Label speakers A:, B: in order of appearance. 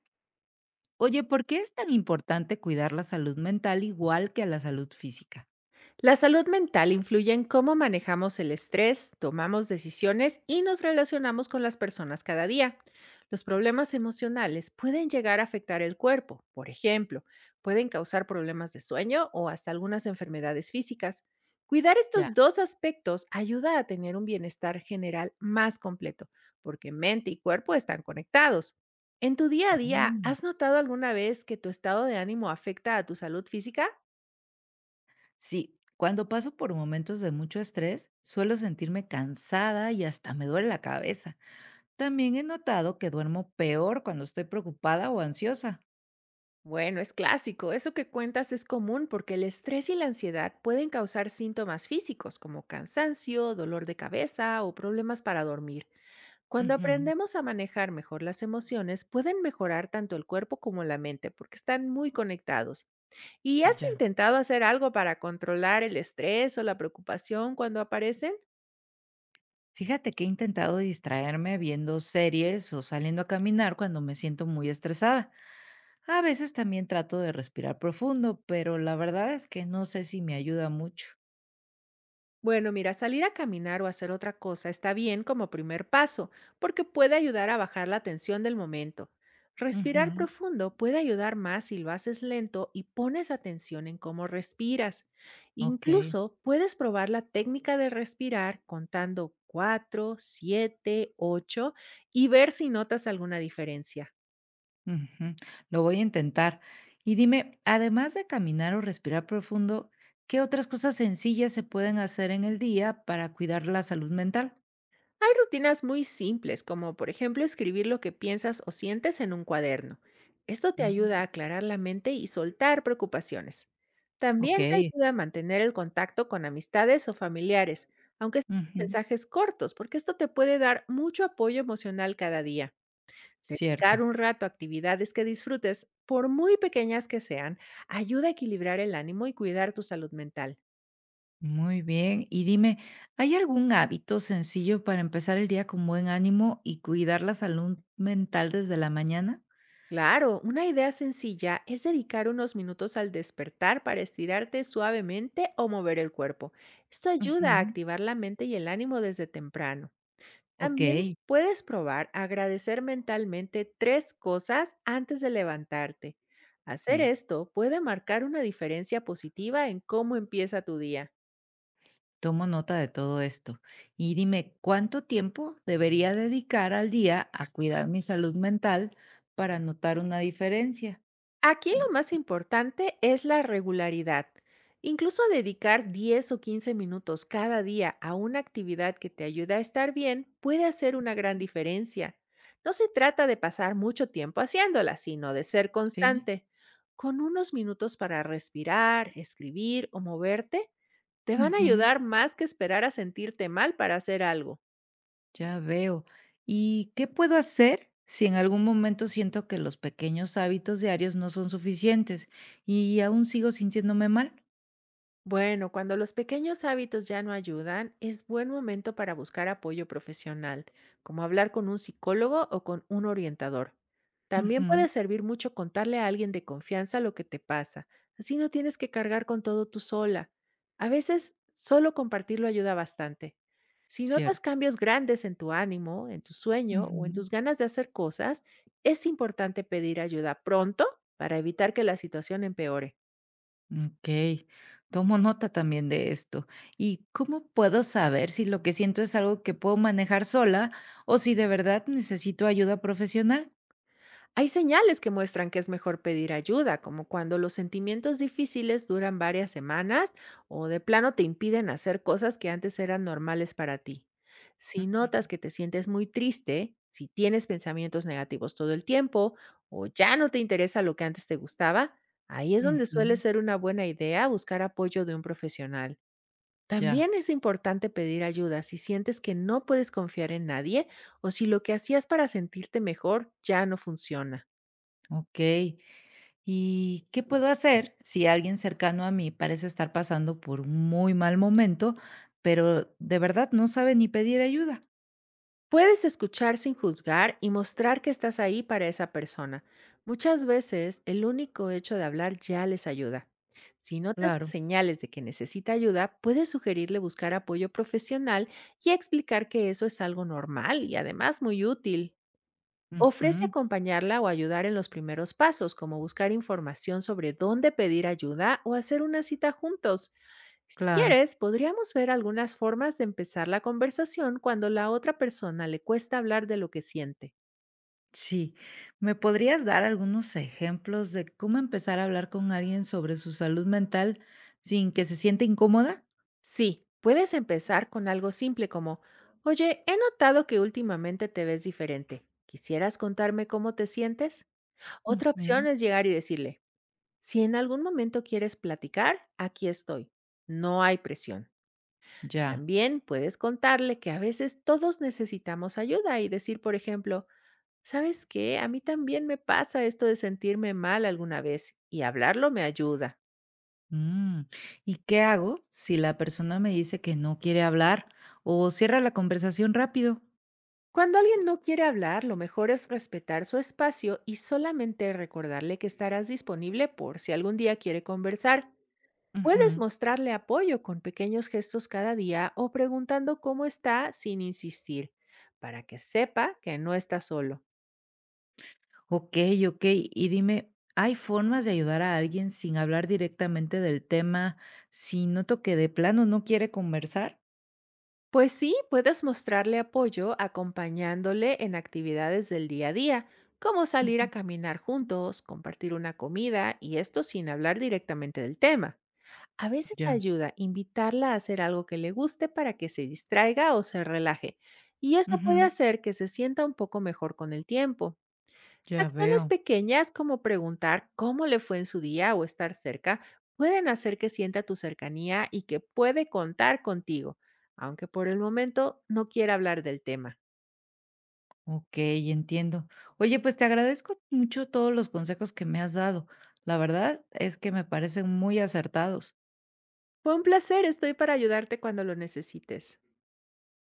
A: Oye, ¿por qué es tan importante cuidar la salud mental igual que a la salud física?
B: La salud mental influye en cómo manejamos el estrés, tomamos decisiones y nos relacionamos con las personas cada día. Los problemas emocionales pueden llegar a afectar el cuerpo, por ejemplo, pueden causar problemas de sueño o hasta algunas enfermedades físicas. Cuidar
A: Ya.
B: estos dos aspectos ayuda a tener un bienestar general más completo, porque mente y cuerpo están conectados. En tu día a día,
A: Mm.
B: ¿has notado alguna vez que tu estado de ánimo afecta a tu salud física?
A: Sí, cuando paso por momentos de mucho estrés, suelo sentirme cansada y hasta me duele la cabeza. También he notado que duermo peor cuando estoy preocupada o ansiosa.
B: Bueno, es clásico. Eso que cuentas es común porque el estrés y la ansiedad pueden causar síntomas físicos como cansancio, dolor de cabeza o problemas para dormir. Cuando
A: Ujú.
B: aprendemos a manejar mejor las emociones, pueden mejorar tanto el cuerpo como la mente porque están muy conectados. ¿Y has
A: Ya.
B: intentado hacer algo para controlar el estrés o la preocupación cuando aparecen?
A: Fíjate que he intentado distraerme viendo series o saliendo a caminar cuando me siento muy estresada. A veces también trato de respirar profundo, pero la verdad es que no sé si me ayuda mucho.
B: Bueno, mira, salir a caminar o hacer otra cosa está bien como primer paso, porque puede ayudar a bajar la tensión del momento. Respirar
A: Ujú.
B: profundo puede ayudar más si lo haces lento y pones atención en cómo respiras.
A: Okey,
B: Incluso puedes probar la técnica de respirar contando 4, 7, 8 y ver si notas alguna diferencia.
A: ujú, lo voy a intentar. Y dime, además de caminar o respirar profundo, ¿qué otras cosas sencillas se pueden hacer en el día para cuidar la salud mental?
B: Hay rutinas muy simples, como por ejemplo escribir lo que piensas o sientes en un cuaderno. Esto te
A: Mm,
B: ayuda a aclarar la mente y soltar preocupaciones. También te
A: okey,
B: ayuda a mantener el contacto con amistades o familiares, aunque sean
A: ujú,
B: mensajes cortos, porque esto te puede dar mucho apoyo emocional cada día. Dedicar
A: cierto,
B: un rato a actividades que disfrutes, por muy pequeñas que sean, ayuda a equilibrar el ánimo y cuidar tu salud mental.
A: muy bien. Y dime, ¿hay algún hábito sencillo para empezar el día con buen ánimo y cuidar la salud mental desde la mañana?
B: Claro, una idea sencilla es dedicar unos minutos al despertar para estirarte suavemente o mover el cuerpo. Esto ayuda a
A: Ujú,
B: activar la mente y el ánimo desde temprano. También
A: okey,
B: puedes probar agradecer mentalmente tres cosas antes de levantarte. Hacer
A: bien.
B: esto puede marcar una diferencia positiva en cómo empieza tu día.
A: Tomo nota de todo esto. Y dime, ¿cuánto tiempo debería dedicar al día a cuidar mi salud mental para notar una diferencia?
B: Aquí
A: Ay,
B: lo
A: sí.
B: más importante es la regularidad. Incluso dedicar 10 o 15 minutos cada día a una actividad que te ayude a estar bien puede hacer una gran diferencia. No se trata de pasar mucho tiempo haciéndola, sino de ser
A: Sí.
B: constante. Con unos minutos para respirar, escribir o moverte, te van a
A: Ujú.
B: ayudar más que esperar a sentirte mal para hacer algo.
A: Ya veo. ¿Y qué puedo hacer si en algún momento siento que los pequeños hábitos diarios no son suficientes y aún sigo sintiéndome mal?
B: Bueno, cuando los pequeños hábitos ya no ayudan, es buen momento para buscar apoyo profesional, como hablar con un psicólogo o con un orientador. También
A: Ujú.
B: puede servir mucho contarle a alguien de confianza lo que te pasa, así no tienes que cargar con todo tú sola. A veces, solo compartirlo ayuda bastante. Si notas
A: Cierto.
B: cambios grandes en tu ánimo, en tu sueño o en tus ganas de hacer cosas, es importante pedir ayuda pronto para evitar que la situación empeore.
A: Okey, tomo nota también de esto. ¿Y cómo puedo saber si lo que siento es algo que puedo manejar sola o si de verdad necesito ayuda profesional?
B: Hay señales que muestran que es mejor pedir ayuda, como cuando los sentimientos difíciles duran varias semanas o de plano te impiden hacer cosas que antes eran normales para ti. Si notas
A: Ujú,
B: que te sientes muy triste, si tienes pensamientos negativos todo el tiempo o ya no te interesa lo que antes te gustaba, ahí es donde suele
A: ujú,
B: ser una buena idea buscar apoyo de un profesional.
A: ya,
B: También es importante pedir ayuda si sientes que no puedes confiar en nadie o si lo que hacías para sentirte mejor ya no funciona.
A: okey. ¿Y qué puedo hacer si alguien cercano a mí parece estar pasando por un muy mal momento, pero de verdad no sabe ni pedir ayuda?
B: Puedes escuchar sin juzgar y mostrar que estás ahí para esa persona. Muchas veces el único hecho de hablar ya les ayuda. Si notas
A: Claro,
B: señales de que necesita ayuda, puedes sugerirle buscar apoyo profesional y explicar que eso es algo normal y además muy útil. Ofrece
A: ujú,
B: acompañarla o ayudar en los primeros pasos, como buscar información sobre dónde pedir ayuda o hacer una cita juntos. Si
A: claro.
B: quieres, podríamos ver algunas formas de empezar la conversación cuando la otra persona le cuesta hablar de lo que siente.
A: Sí, ¿me podrías dar algunos ejemplos de cómo empezar a hablar con alguien sobre su salud mental sin que se sienta incómoda?
B: Sí, puedes empezar con algo simple como, oye, he notado que últimamente te ves diferente. ¿Quisieras contarme cómo te sientes? Otra opción
A: Ujú,
B: es llegar y decirle, si en algún momento quieres platicar, aquí estoy. No hay presión.
A: ya.
B: También puedes contarle que a veces todos necesitamos ayuda y decir, por ejemplo, ¿sabes qué? A mí también me pasa esto de sentirme mal alguna vez y hablarlo me ayuda.
A: Mm, ¿y qué hago si la persona me dice que no quiere hablar o cierra la conversación rápido?
B: Cuando alguien no quiere hablar, lo mejor es respetar su espacio y solamente recordarle que estarás disponible por si algún día quiere conversar. Puedes
A: Ujú.
B: mostrarle apoyo con pequeños gestos cada día o preguntando cómo está sin insistir, para que sepa que no está solo.
A: Ok, ok. Y dime, ¿hay formas de ayudar a alguien sin hablar directamente del tema si noto que de plano no quiere conversar?
B: Pues sí, puedes mostrarle apoyo acompañándole en actividades del día a día, como salir
A: Ujú,
B: a caminar juntos, compartir una comida y esto sin hablar directamente del tema. A veces
A: ya,
B: ayuda invitarla a hacer algo que le guste para que se distraiga o se relaje, y eso puede
A: ujú,
B: hacer que se sienta un poco mejor con el tiempo.
A: ya
B: Acciones
A: veo.
B: pequeñas como preguntar cómo le fue en su día o estar cerca pueden hacer que sienta tu cercanía y que puede contar contigo, aunque por el momento no quiera hablar del tema.
A: Okey, entiendo. Oye, pues, te agradezco mucho todos los consejos que me has dado. La verdad es que me parecen muy acertados.
B: Fue un placer, estoy para ayudarte cuando lo necesites.